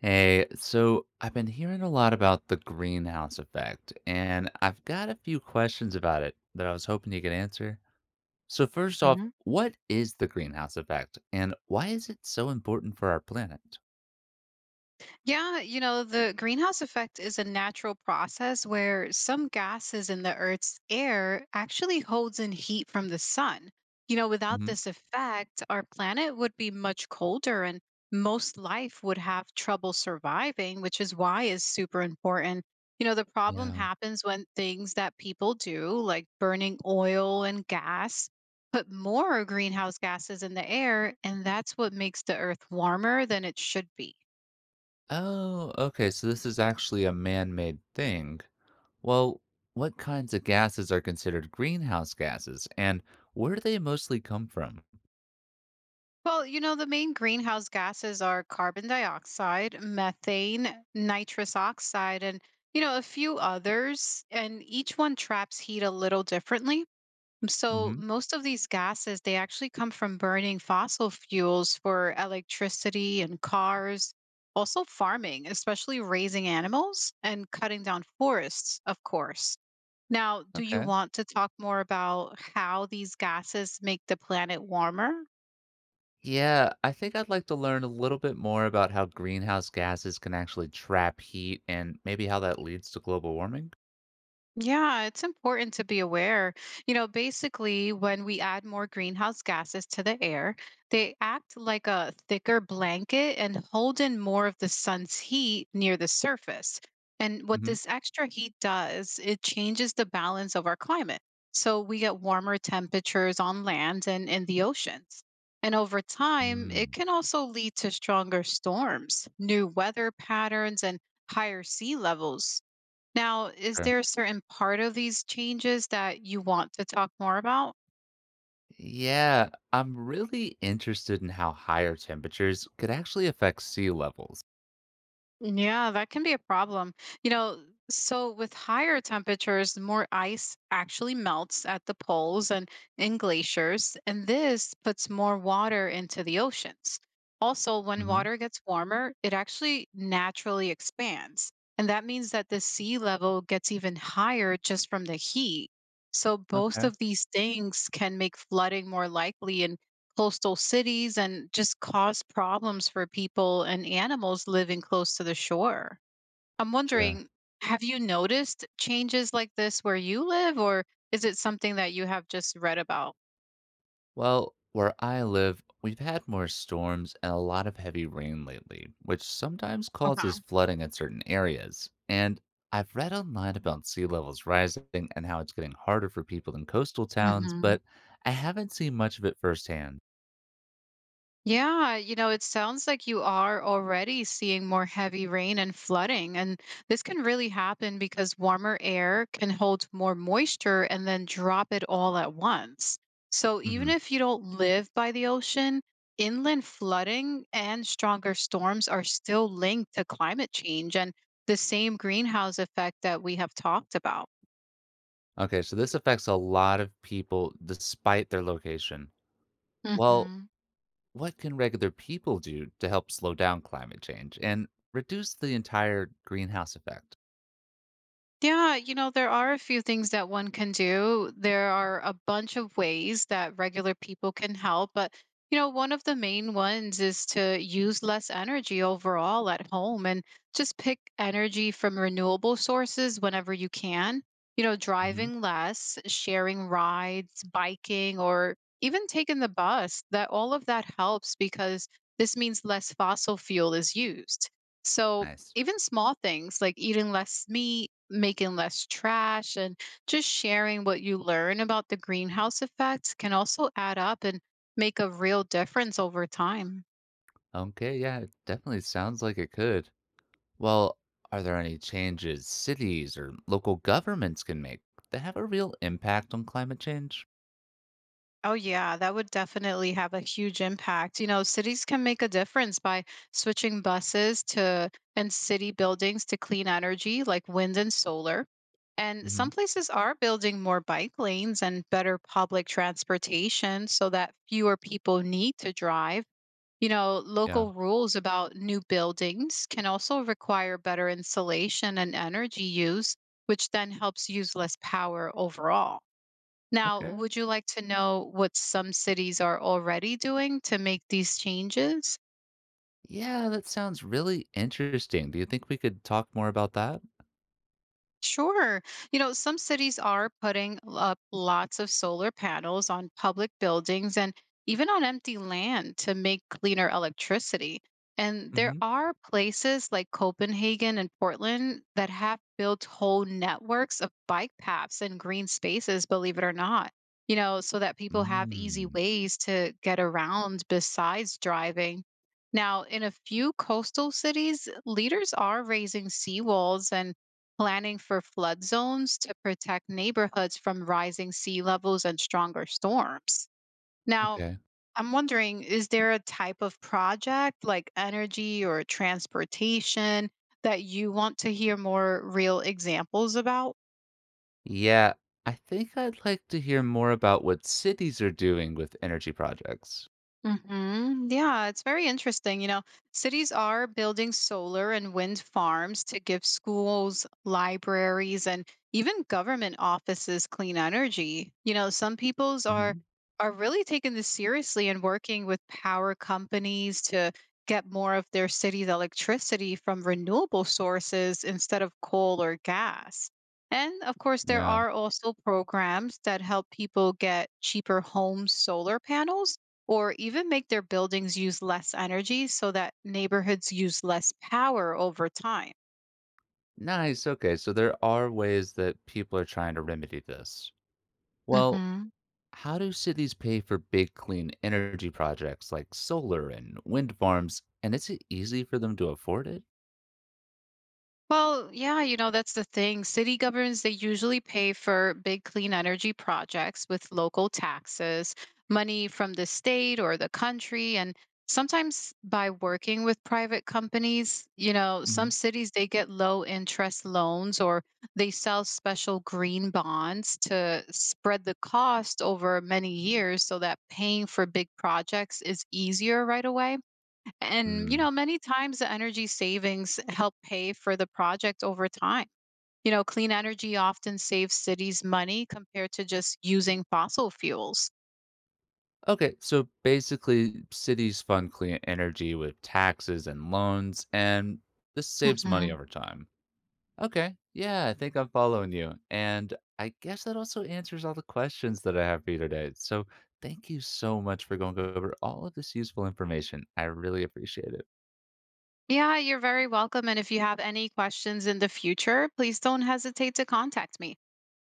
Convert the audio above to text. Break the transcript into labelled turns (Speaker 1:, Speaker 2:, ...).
Speaker 1: Hey, so I've been hearing a lot about the greenhouse effect, and I've got a few questions about it that I was hoping you could answer. So, first off,
Speaker 2: Mhm.
Speaker 1: what is the greenhouse effect, and why is it so important for our planet?
Speaker 2: Yeah, the greenhouse effect is a natural process where some gases in the Earth's air actually holds in heat from the sun. Without
Speaker 1: Hmm.
Speaker 2: this effect, our planet would be much colder and most life would have trouble surviving, which is why it's super important. The problem
Speaker 1: Yeah.
Speaker 2: happens when things that people do, like burning oil and gas, put more greenhouse gases in the air, and that's what makes the Earth warmer than it should be.
Speaker 1: Oh, okay. So, this is actually a man made thing. Well, what kinds of gases are considered greenhouse gases, and where do they mostly come from?
Speaker 2: Well, the main greenhouse gases are carbon dioxide, methane, nitrous oxide, and, a few others. And each one traps heat a little differently. So
Speaker 1: Hmm.
Speaker 2: most of these gases, they actually come from burning fossil fuels for electricity and cars, also farming, especially raising animals and cutting down forests, of course. Now, do you
Speaker 1: Okay.
Speaker 2: want to talk more about how these gases make the planet warmer?
Speaker 1: Yeah, I think I'd like to learn a little bit more about how greenhouse gases can actually trap heat and maybe how that leads to global warming.
Speaker 2: Yeah, it's important to be aware. Basically, when we add more greenhouse gases to the air, they act like a thicker blanket and hold in more of the sun's heat near the surface. And what
Speaker 1: Hmm.
Speaker 2: this extra heat does, it changes the balance of our climate. So we get warmer temperatures on land and in the oceans. And over time, it
Speaker 1: Mm,
Speaker 2: can also lead to stronger storms, new weather patterns, and higher sea levels. Now, is
Speaker 1: sure.
Speaker 2: there a certain part of these changes that you want to talk more about?
Speaker 1: Yeah, I'm really interested in how higher temperatures could actually affect sea levels.
Speaker 2: Yeah, that can be a problem. You know, so with higher temperatures, more ice actually melts at the poles and in glaciers, and this puts more water into the oceans. Also, when
Speaker 1: Hmm.
Speaker 2: water gets warmer, it actually naturally expands. And that means that the sea level gets even higher just from the heat. So, both
Speaker 1: Okay.
Speaker 2: of these things can make flooding more likely and coastal cities and just cause problems for people and animals living close to the shore. I'm
Speaker 1: Sure.
Speaker 2: wondering, have you noticed changes like this where you live, or is it something that you have just read about?
Speaker 1: Well, where I live, we've had more storms and a lot of heavy rain lately, which sometimes causes
Speaker 2: Okay.
Speaker 1: flooding in certain areas. And I've read online about sea levels rising and how it's getting harder for people in coastal towns,
Speaker 2: Mhm.
Speaker 1: but I haven't seen much of it firsthand.
Speaker 2: Yeah, it sounds like you are already seeing more heavy rain and flooding. And this can really happen because warmer air can hold more moisture and then drop it all at once. So even
Speaker 1: Hmm.
Speaker 2: if you don't live by the ocean, inland flooding and stronger storms are still linked to climate change and the same greenhouse effect that we have talked about.
Speaker 1: Okay, so this affects a lot of people despite their location. Well,
Speaker 2: Mhm.
Speaker 1: what can regular people do to help slow down climate change and reduce the entire greenhouse effect?
Speaker 2: Yeah, there are a few things that one can do. There are a bunch of ways that regular people can help, but one of the main ones is to use less energy overall at home and just pick energy from renewable sources whenever you can.
Speaker 1: Hmm.
Speaker 2: Driving less, sharing rides, biking, or even taking the bus, that all of that helps because this means less fossil fuel is used. So,
Speaker 1: Nice.
Speaker 2: even small things like eating less meat, making less trash, and just sharing what you learn about the greenhouse effects can also add up and make a real difference over time.
Speaker 1: Okay, yeah, it definitely sounds like it could. Well, are there any changes cities or local governments can make that have a real impact on climate change?
Speaker 2: Oh, yeah, that would definitely have a huge impact. Cities can make a difference by switching buses to and city buildings to clean energy like wind and solar. And some
Speaker 1: Hmm.
Speaker 2: places are building more bike lanes and better public transportation so that fewer people need to drive.
Speaker 1: Yeah.
Speaker 2: Local rules about new buildings can also require better insulation and energy use, which then helps use less power overall. Now,
Speaker 1: Okay.
Speaker 2: would you like to know what some cities are already doing to make these changes?
Speaker 1: Yeah, that sounds really interesting. Do you think we could talk more about that?
Speaker 2: Sure. Some cities are putting up lots of solar panels on public buildings and even on empty land to make cleaner electricity. And there
Speaker 1: Hmm.
Speaker 2: are places like Copenhagen and Portland that have built whole networks of bike paths and green spaces, believe it or not, so that people have easy
Speaker 1: Mm,
Speaker 2: ways to get around besides driving. Now, in a few coastal cities, leaders are raising seawalls and planning for flood zones to protect neighborhoods from rising sea levels and stronger storms. Now,
Speaker 1: okay.
Speaker 2: I'm wondering, is there a type of project like energy or transportation that you want to hear more real examples about?
Speaker 1: Yeah, I think I'd like to hear more about what cities are doing with energy projects.
Speaker 2: Hmm. Yeah, it's very interesting. Cities are building solar and wind farms to give schools, libraries, and even government offices clean energy. Some peoples are
Speaker 1: Hmm.
Speaker 2: really taking this seriously and working with power companies to get more of their city's electricity from renewable sources instead of coal or gas. And of course, there
Speaker 1: Yeah.
Speaker 2: are also programs that help people get cheaper home solar panels or even make their buildings use less energy so that neighborhoods use less power over time.
Speaker 1: Nice. Okay, so there are ways that people are trying to remedy this. Well,
Speaker 2: Hmm.
Speaker 1: How do cities pay for big clean energy projects like solar and wind farms? And is it easy for them to afford it?
Speaker 2: Well, yeah, that's the thing. City governments, they usually pay for big clean energy projects with local taxes, money from the state or the country. And sometimes by working with private companies, some
Speaker 1: Hmm.
Speaker 2: cities, they get low interest loans or they sell special green bonds to spread the cost over many years so that paying for big projects is easier right away. And,
Speaker 1: Mm.
Speaker 2: many times the energy savings help pay for the project over time. Clean energy often saves cities money compared to just using fossil fuels.
Speaker 1: Okay, so basically, cities fund clean energy with taxes and loans, and this saves money
Speaker 2: Hmm.
Speaker 1: over time. Okay, yeah, I think I'm following you. And I guess that also answers all the questions that I have for you today. So thank you so much for going over all of this useful information. I really appreciate it.
Speaker 2: Yeah, you're very welcome. And if you have any questions in the future, please don't hesitate to contact me.